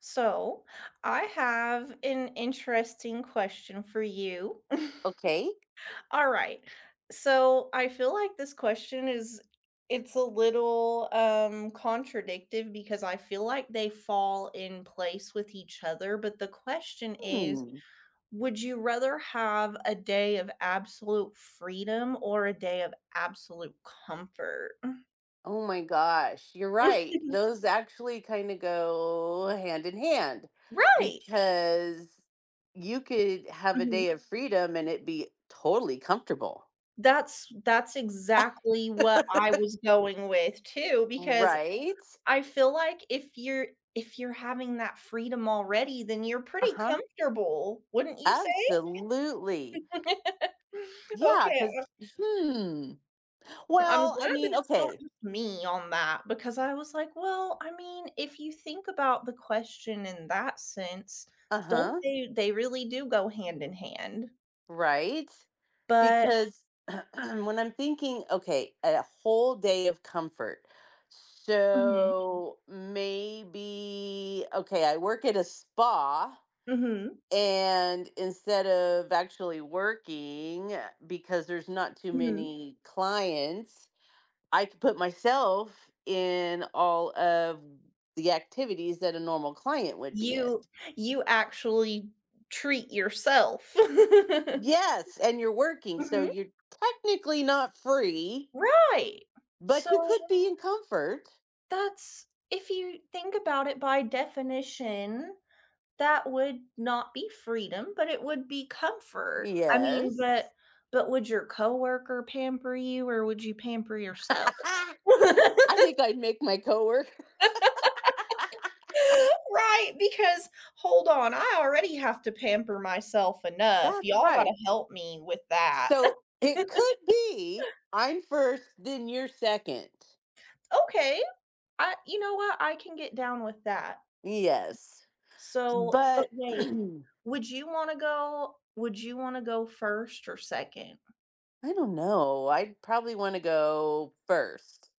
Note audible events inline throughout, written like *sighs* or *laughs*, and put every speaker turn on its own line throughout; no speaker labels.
So, I have an interesting question for you. *laughs*
Okay.
All right. So, I feel like this question is it's a little contradictive because I feel like they fall in place with each other, but the question is,
Hmm.
would you rather have a day of absolute freedom or a day of absolute comfort?
Oh my gosh, you're right.
*laughs*
Those actually kind of go hand in hand
Right.
because you could have a day of freedom and it be totally comfortable.
That's exactly what I
*laughs*
was going with too, because
Right?
I feel like if you're having that freedom already, then you're pretty
Uh-huh.
comfortable, wouldn't you say?
Absolutely.
*laughs*
Yeah,
Okay,
because, hmm.
I'm
Well, I
glad that
mean,
it's not
okay.
just me on that because I was like, well, I mean, if you think about the question in that sense, don't
Uh-huh.
they really do go hand in hand.
Right.
But
Because *clears throat* when I'm thinking, okay, a whole day of comfort.
mhm,
So maybe, okay, I work at a spa,
mhm,
and instead of actually working because there's not too
mhm.
many clients, I could put myself in all of the activities that a normal client would be in.
You you actually treat yourself. *laughs*
Yes, and you're working, so
Mhm.
you're technically not free.
Right.
But
So,
you could be in comfort.
that's if you think about it by definition, that would not be freedom, but it would be comfort. I mean,
Yes.
but would your coworker pamper you or would you pamper yourself?
*laughs* I
*laughs*
think I'd make my coworker.
Right, because, "Hold on, I already have to pamper myself
*laughs*
enough.
That's
Y'all
right.
gotta help me with that."
So it
*laughs*
could be I'm first, then you're second.
Okay. I you know what? I can get down with that.
Yes.
So, but
But *clears throat*
wait,
I
would you wanna go first or second?
don't know. I'd probably want to go first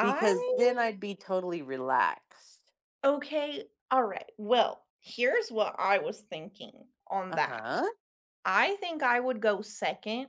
because then I'd be totally relaxed.
Okay, alright. Well, here's what I was thinking on
Uh
that.
huh.
I think I would go second,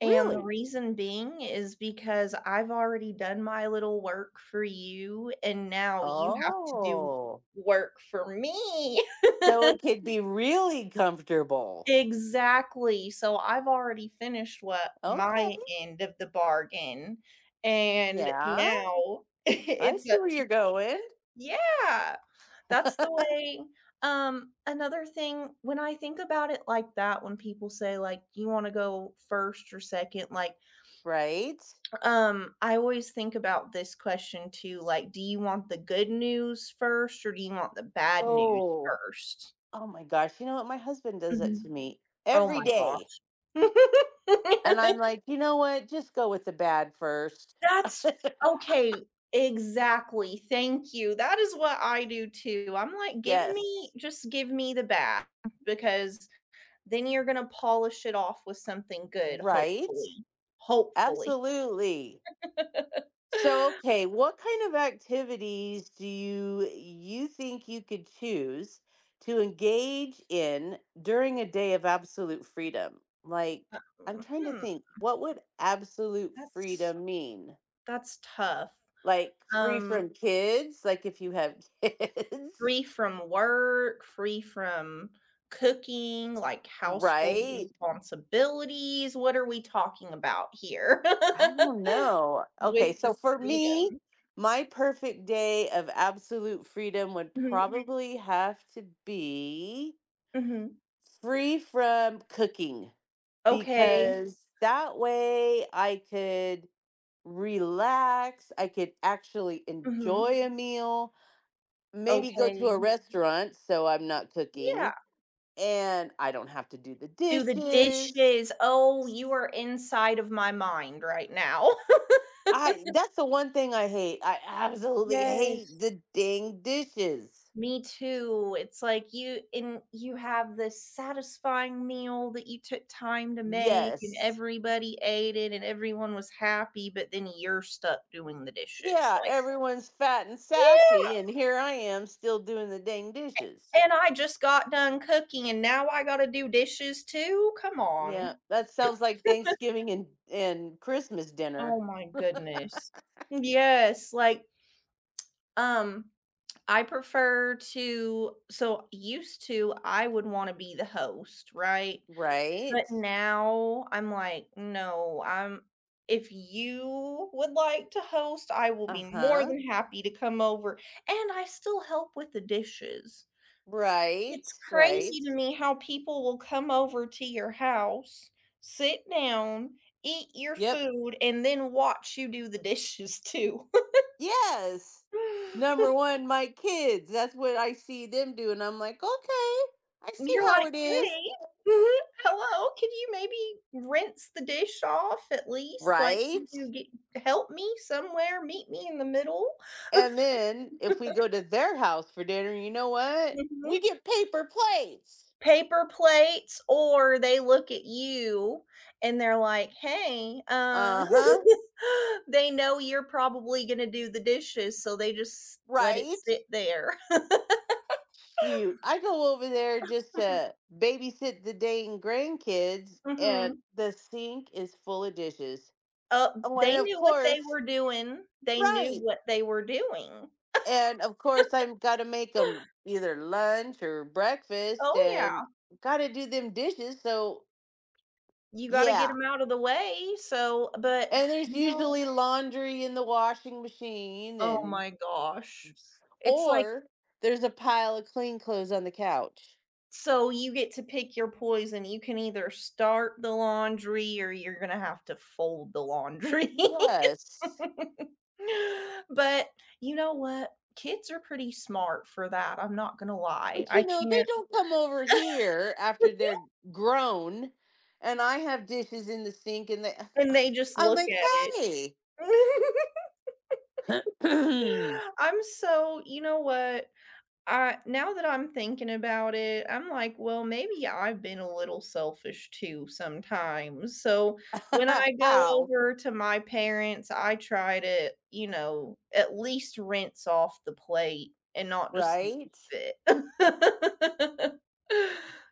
and the reason being is because I've already done my little work for you, and now you have to do
Oh.
work for me.
So
*laughs*
it could be really comfortable.
Exactly, so I've already finished what
Okay.
my end of the bargain, and
Yeah.
now *laughs*
I
it's
see
up
where
to
you're going.
you. Yeah, that's the
*laughs*
way another thing, when I think about it like that, when people say, like, "Do you wanna go 1st or second?" Like,
Right?
I always think about this question too, like, "Do you want the good news first, or do you want the bad news
Oh,
first?"
oh my gosh. You know what? My husband does that to
Mhm.
me
Oh
every
my
day.
gosh.
And I'm
*laughs*
like, you know what? Just go with the bad first. *laughs*
That's okay, exactly, thank you, that is what I do too, I'm like, "Give me
Yes.
just give me the bad, because then you're gonna polish it off with something good,
Right?
hopefully, hopefully."
Absolutely. So,
*laughs*
okay, what kind of activities do you think you could choose to engage in during a day of absolute freedom? Like,
Uh,
I'm trying to
hmm,
think, what would absolute
that's
freedom mean?
that's tough.
Like free
Um,
from kids, like if you have *laughs* kids,
Free from work, free from cooking, like, household
right?
responsibilities, what are we talking about here
I don't
*laughs*
know. Okay,
with the
so for me,
freedom?
my perfect day of absolute freedom would
Mhm,
probably have to be
mhm.
free from cooking,
Okay,
because that way I could relax, I could actually
mhm,
enjoy a meal, maybe go to
okay.
a restaurant so I'm not
Yeah,
cooking and I don't have to do the
do the
dishes.
dishes. Oh, you are inside of my mind right now. *laughs*
I that's the one thing I hate. I absolutely hate
Yes,
the dang dishes.
me too. It's like you have this satisfying meal that you took time to make, and
Yes.
everybody ate it, and everyone was happy, but then you're stuck doing the dishes,
Yeah,
like,
everyone's fat and
"Yeah,
sassy and here I am still doing the dang dishes.
and I just got done cooking, and now I gotta do dishes too? Come
Yeah,
on."
that sounds like Thanksgiving and Christmas dinner,
Oh my goodness. Yes, like, um, I prefer to so used to, I would wanna be the host, right? But
right?
now I'm like, "No, I'm if you would like to host, I will be more
Uh-huh.
than happy to come over," and I still help with the dishes.
Right,
It's
right.
crazy to me how people will come over to your house, sit down, eat your
Yep.
food, and then watch you do the dishes *laughs* too.
Yes. Number one, my kids. That's what I see them do. And I'm like, okay, I see
You're
how
like,
it is.
"Hey, mhm, hello, can you maybe rinse the dish off at least? Like,
Right.
can you get help me somewhere, meet me in the middle?"
And then if we go to their house for dinner, you know what?
Mhm.
We get paper plates.
Paper plates, or they look at you and they're like, "Hey,"
Uh huh.
*laughs* they know you're probably gonna do the dishes, so they just let it
Right.
sit there.
Shoot. I go over there just to
*laughs*
babysit the dang grandkids, and
Mhm.
the sink is full of dishes. Oh, and
They
of
knew what they
course,
were doing. They knew
right.
what they were doing.
And of course I've got to make them either lunch or breakfast
Oh, yeah.
and got to do them dishes. So
You gotta get
yeah,
them out of the way, so but,
and there's
you know
usually laundry in the washing machine
oh
and
my gosh. It's like
or there's a pile of clean clothes on the couch.
so you get to pick your poison, you can either start the laundry or you're gonna have to fold the laundry.
Yes.
*laughs* But, you know what? Kids are pretty smart for that, I'm not gonna lie,
But
I
you know, they
can't
don't come over here after they're grown and I have dishes in the sink and they
and they
*laughs*
just
I'm
look
like,
at
"Hey,
it.
*laughs*
*laughs* I'm so you know what? I Now that I'm thinking about it, I'm like, well, maybe I've been a little selfish too sometimes. So when I
*clears throat*
go
how?"
over to my parents, I try to, you know, at least rinse off the plate and not just leave
Right?
it.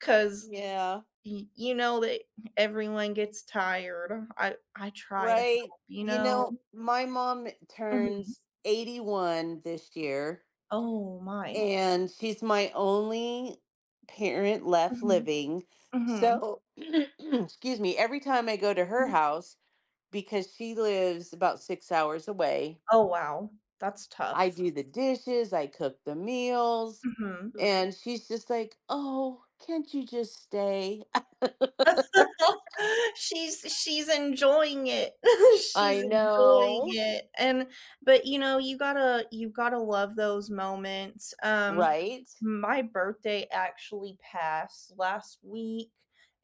*laughs* Cause
Yeah,
you know that everyone gets tired. I try to
right.
help, you
You
know.
know, my mom
Mhm.
turns 81 this year,
Oh my.
and she's my only parent left
Mhm.
living.
Mhm.
So, *clears throat* excuse me, every time I go to her house, because she lives about 6 hours away,
Oh wow, that's
I
tough.
do the dishes, I cook the meals,
Mhm.
and she's just like, "Oh, can't you just stay?" *laughs*
*laughs* She's enjoying it. *laughs* She's
I
enjoying
know,
it, and but, you know, you gotta love those moments.
right?
My birthday actually passed last week,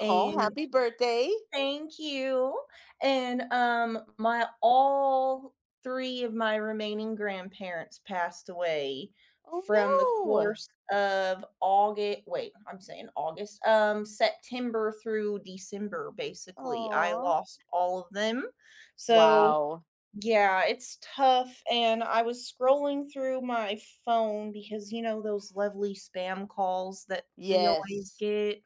Oh,
and
happy birthday.
thank you. And, my all 3 of my remaining grandparents passed away
Oh
from the
no.
course of I'm saying August, September through December, basically. I
Oh.
lost all of them. So,
Wow.
yeah, it's tough, and I was scrolling through my phone because, you know, those lovely spam calls that we always
Yes.
get?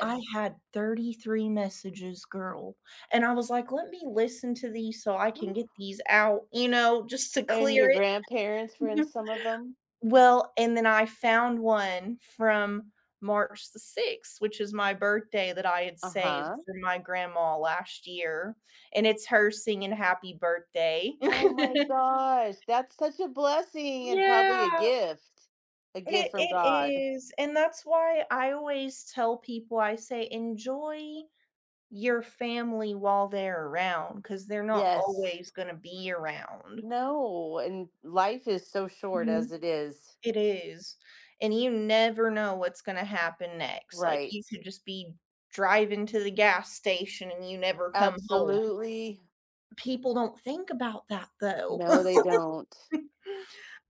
I had 33 messages, girl, and I was like, "Let me listen to these so I can get
*gasps*
these out," you know, just to
And
clear
your
it.
grandparents were in
Mhm.
some of them?
Well, and then I found one from March the 6th, which is my birthday that I had
Uh-huh.
saved for my grandma last year, and it's her singing happy birthday.
Oh my
*laughs*
gosh. That's such a blessing and probably
Yeah,
a gift. A gift
it
from
it
God.
is, and that's why I always tell people, I say, "Enjoy your family while they're around, because 'cause they're not
Yes.
always gonna be around."
No. And life is so short as
Mhm.
it is.
It is, and you never know what's gonna happen next, like,
Right.
you could just be driving to the gas station and you never come home.
Absolutely.
People don't think about that, though.
No, they
*laughs*
don't.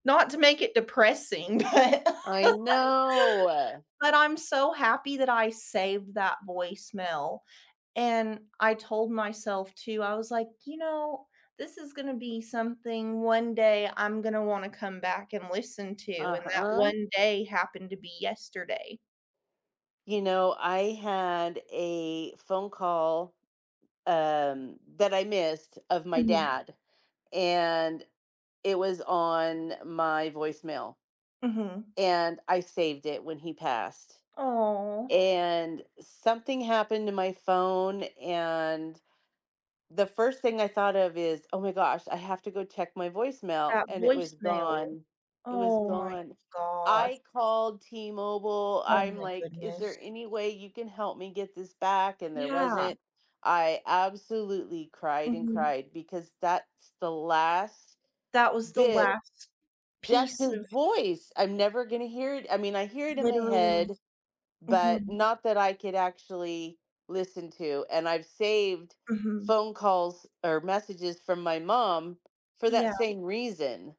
Not to make it depressing, *laughs* but
I know.
But I'm so happy that I saved that voicemail, and I told myself too, I was like, "You know, this is gonna be something one day I'm gonna wanna come back and listen to," and that
Uh-huh.
one day happened to be yesterday.
You know, I had a phone call that I missed of my
Mhm,
dad, and it was on my voicemail.
mhm.
And I saved it when he passed.
Aw,
And something happened to my phone, and the first thing I thought of is, oh my gosh, I have to go check my voicemail.
that
And it was
voicemail.
gone. It was
Oh my
gone.
gosh.
I called T Mobile.
Oh
I'm
my
like, is there
goodness.
any way you can help me get this back? And there
Yeah,
wasn't. I absolutely cried and
mhm.
cried because that's the last
That was the
bit.
last
That's
piece
his
of
voice. I'm never going to hear it. I mean, I hear it in my
literally.
head but
Mhm,
not that I could actually listen to. And I've saved
mhm.
phone calls or messages from my mom for that
Yeah.
same reason.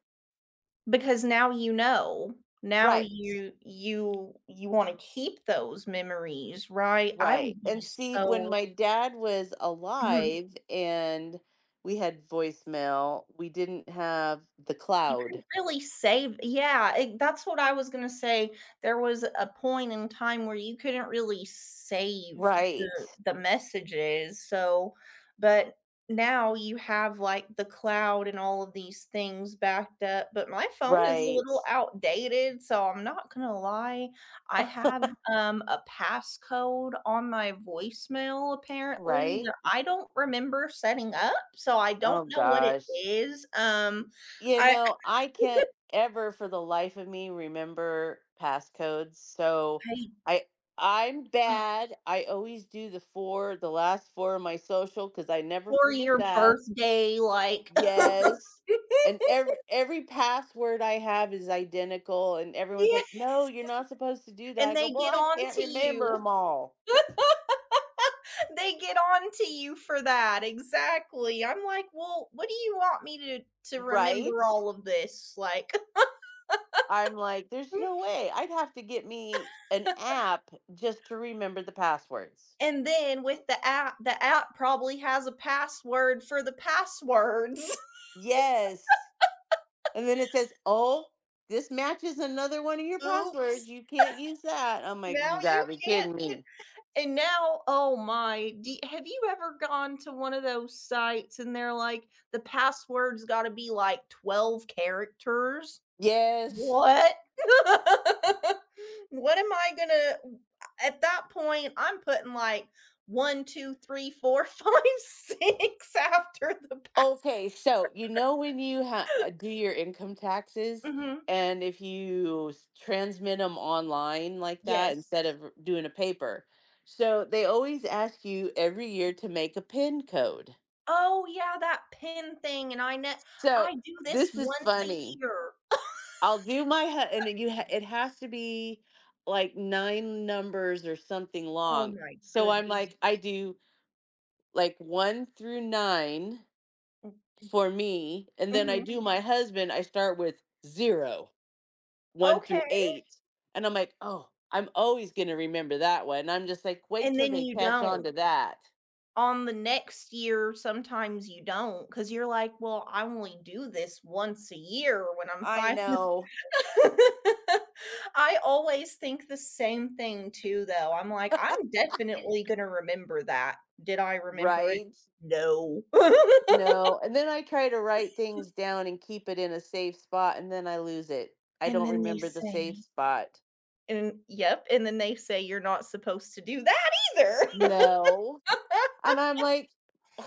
Because now you know. Now
Right.
you wanna keep those memories, right? I
Right.
would
And
be
see, when
so
my dad was
mhm.
alive and we had voicemail, we didn't have the
You
cloud.
couldn't really save yeah, it that's what I was gonna say. There was a point in time where you couldn't really save
Right.
the messages, so but now you have, like, the cloud and all of these things backed up, but my phone is a
Right.
little outdated, so I'm not gonna lie. I have, a passcode on my voicemail apparently
Right.
that I don't remember setting up, so I don't
Oh
know what it
gosh.
is,
You
I
know, I can't ever for the life of me remember passcodes. So
right.
I I'm
Ugh,
bad. I always do the four, the last four of my social because I never
or
forget
your
that.
birthday, like *laughs*
Yes. And every password I have is identical and everyone's
yeah,
like, "No, you're not supposed to do that."
and
I go,
they
"Well,
get
I
on
can't
to
remember them
you. *laughs*
all."
They get on to you for that, exactly. I'm like, "Well, what do you want me to
Right?
remember all of this?" Like
I'm like, "There's no
*laughs*
way. I'd have to get me an app just to remember the passwords."
and then with the app probably has a password for the passwords. *laughs*
Yes. And then it says, oh, this matches another one of your passwords.
Oops,
You can't use that. I'm like,
now
you
you
gotta be
can't
kidding me.
And now, oh my, do have you ever gone to one of those sites and they're like, the password's gotta be like 12 characters?
Yes.
What? *laughs* What am I gonna At that point, I'm putting like one, 2, 3, 4, *laughs* 5, 6 after the pass.
Okay. So, you know, when you do your income taxes,
Mhm.
and if you transmit them online like that
Yes.
instead of doing a paper, so they always ask you every year to make a PIN code.
Oh, yeah, that PIN thing, and I kno
So,
I do this
this is
once a
funny.
year.
I'll do my and then you it has to be like nine numbers or something
Oh
long.
my
So I'm Mhm.
goodness.
like I do like 1 through 9
Mm,
for me, and then I
mhm.
do my husband I start with zero, one
Okay.
through 8. And I'm like, "Oh, I'm always going to remember that one." I'm just like, "Wait
And
till
then
they
you
catch on
don't.
to that."
On the next year, sometimes you do not because 'cause you're like, "Well, I only do this once a year when I'm
I
five,"
know,
*laughs* I always think the same thing too, though. I'm like, "I'm definitely gonna remember that." Did I remember it?
right?
No. *laughs*
No, and then I try to write things down and keep it in a safe spot, and then I lose it. I
And
don't
then they
remember the safe
say
spot.
and Yep, and then they say you're not supposed to do that either.
No.
*laughs*
And I'm like,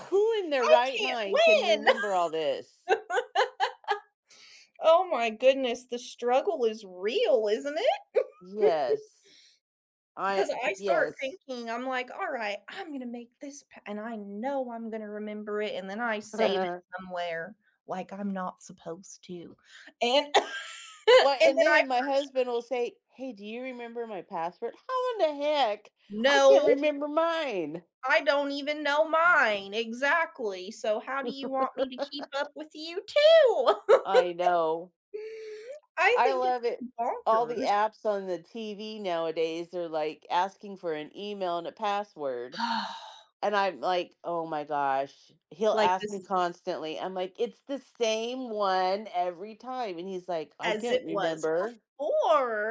who in their
I
right
can't
mind can
win. *laughs*
remember all this?
Oh my goodness, the struggle is real, isn't it?
Yes. I,
'Cause I start
yes.
thinking, I'm like, "Alright, I'm gonna make this pa" and I know I'm gonna remember it, and then I save it
*laughs*
somewhere like I'm not supposed to, and
Well,
*laughs* and
and
then I
then my husband will say, "Hey, do you remember my password?" How in the heck? I can't
no,
remember mine.
I don't even know mine, exactly, so how do you want me to keep up with you too?
I know.
*laughs* I
I
think it's
love it. All the
bonkers.
apps on the TV nowadays are like asking for an email and a password.
*sighs*
And I'm like, oh my gosh, he'll
Like
ask
this
me
is
constantly. I'm like, it's the same one every time. And he's like, I
as
can't
it was
remember.
before.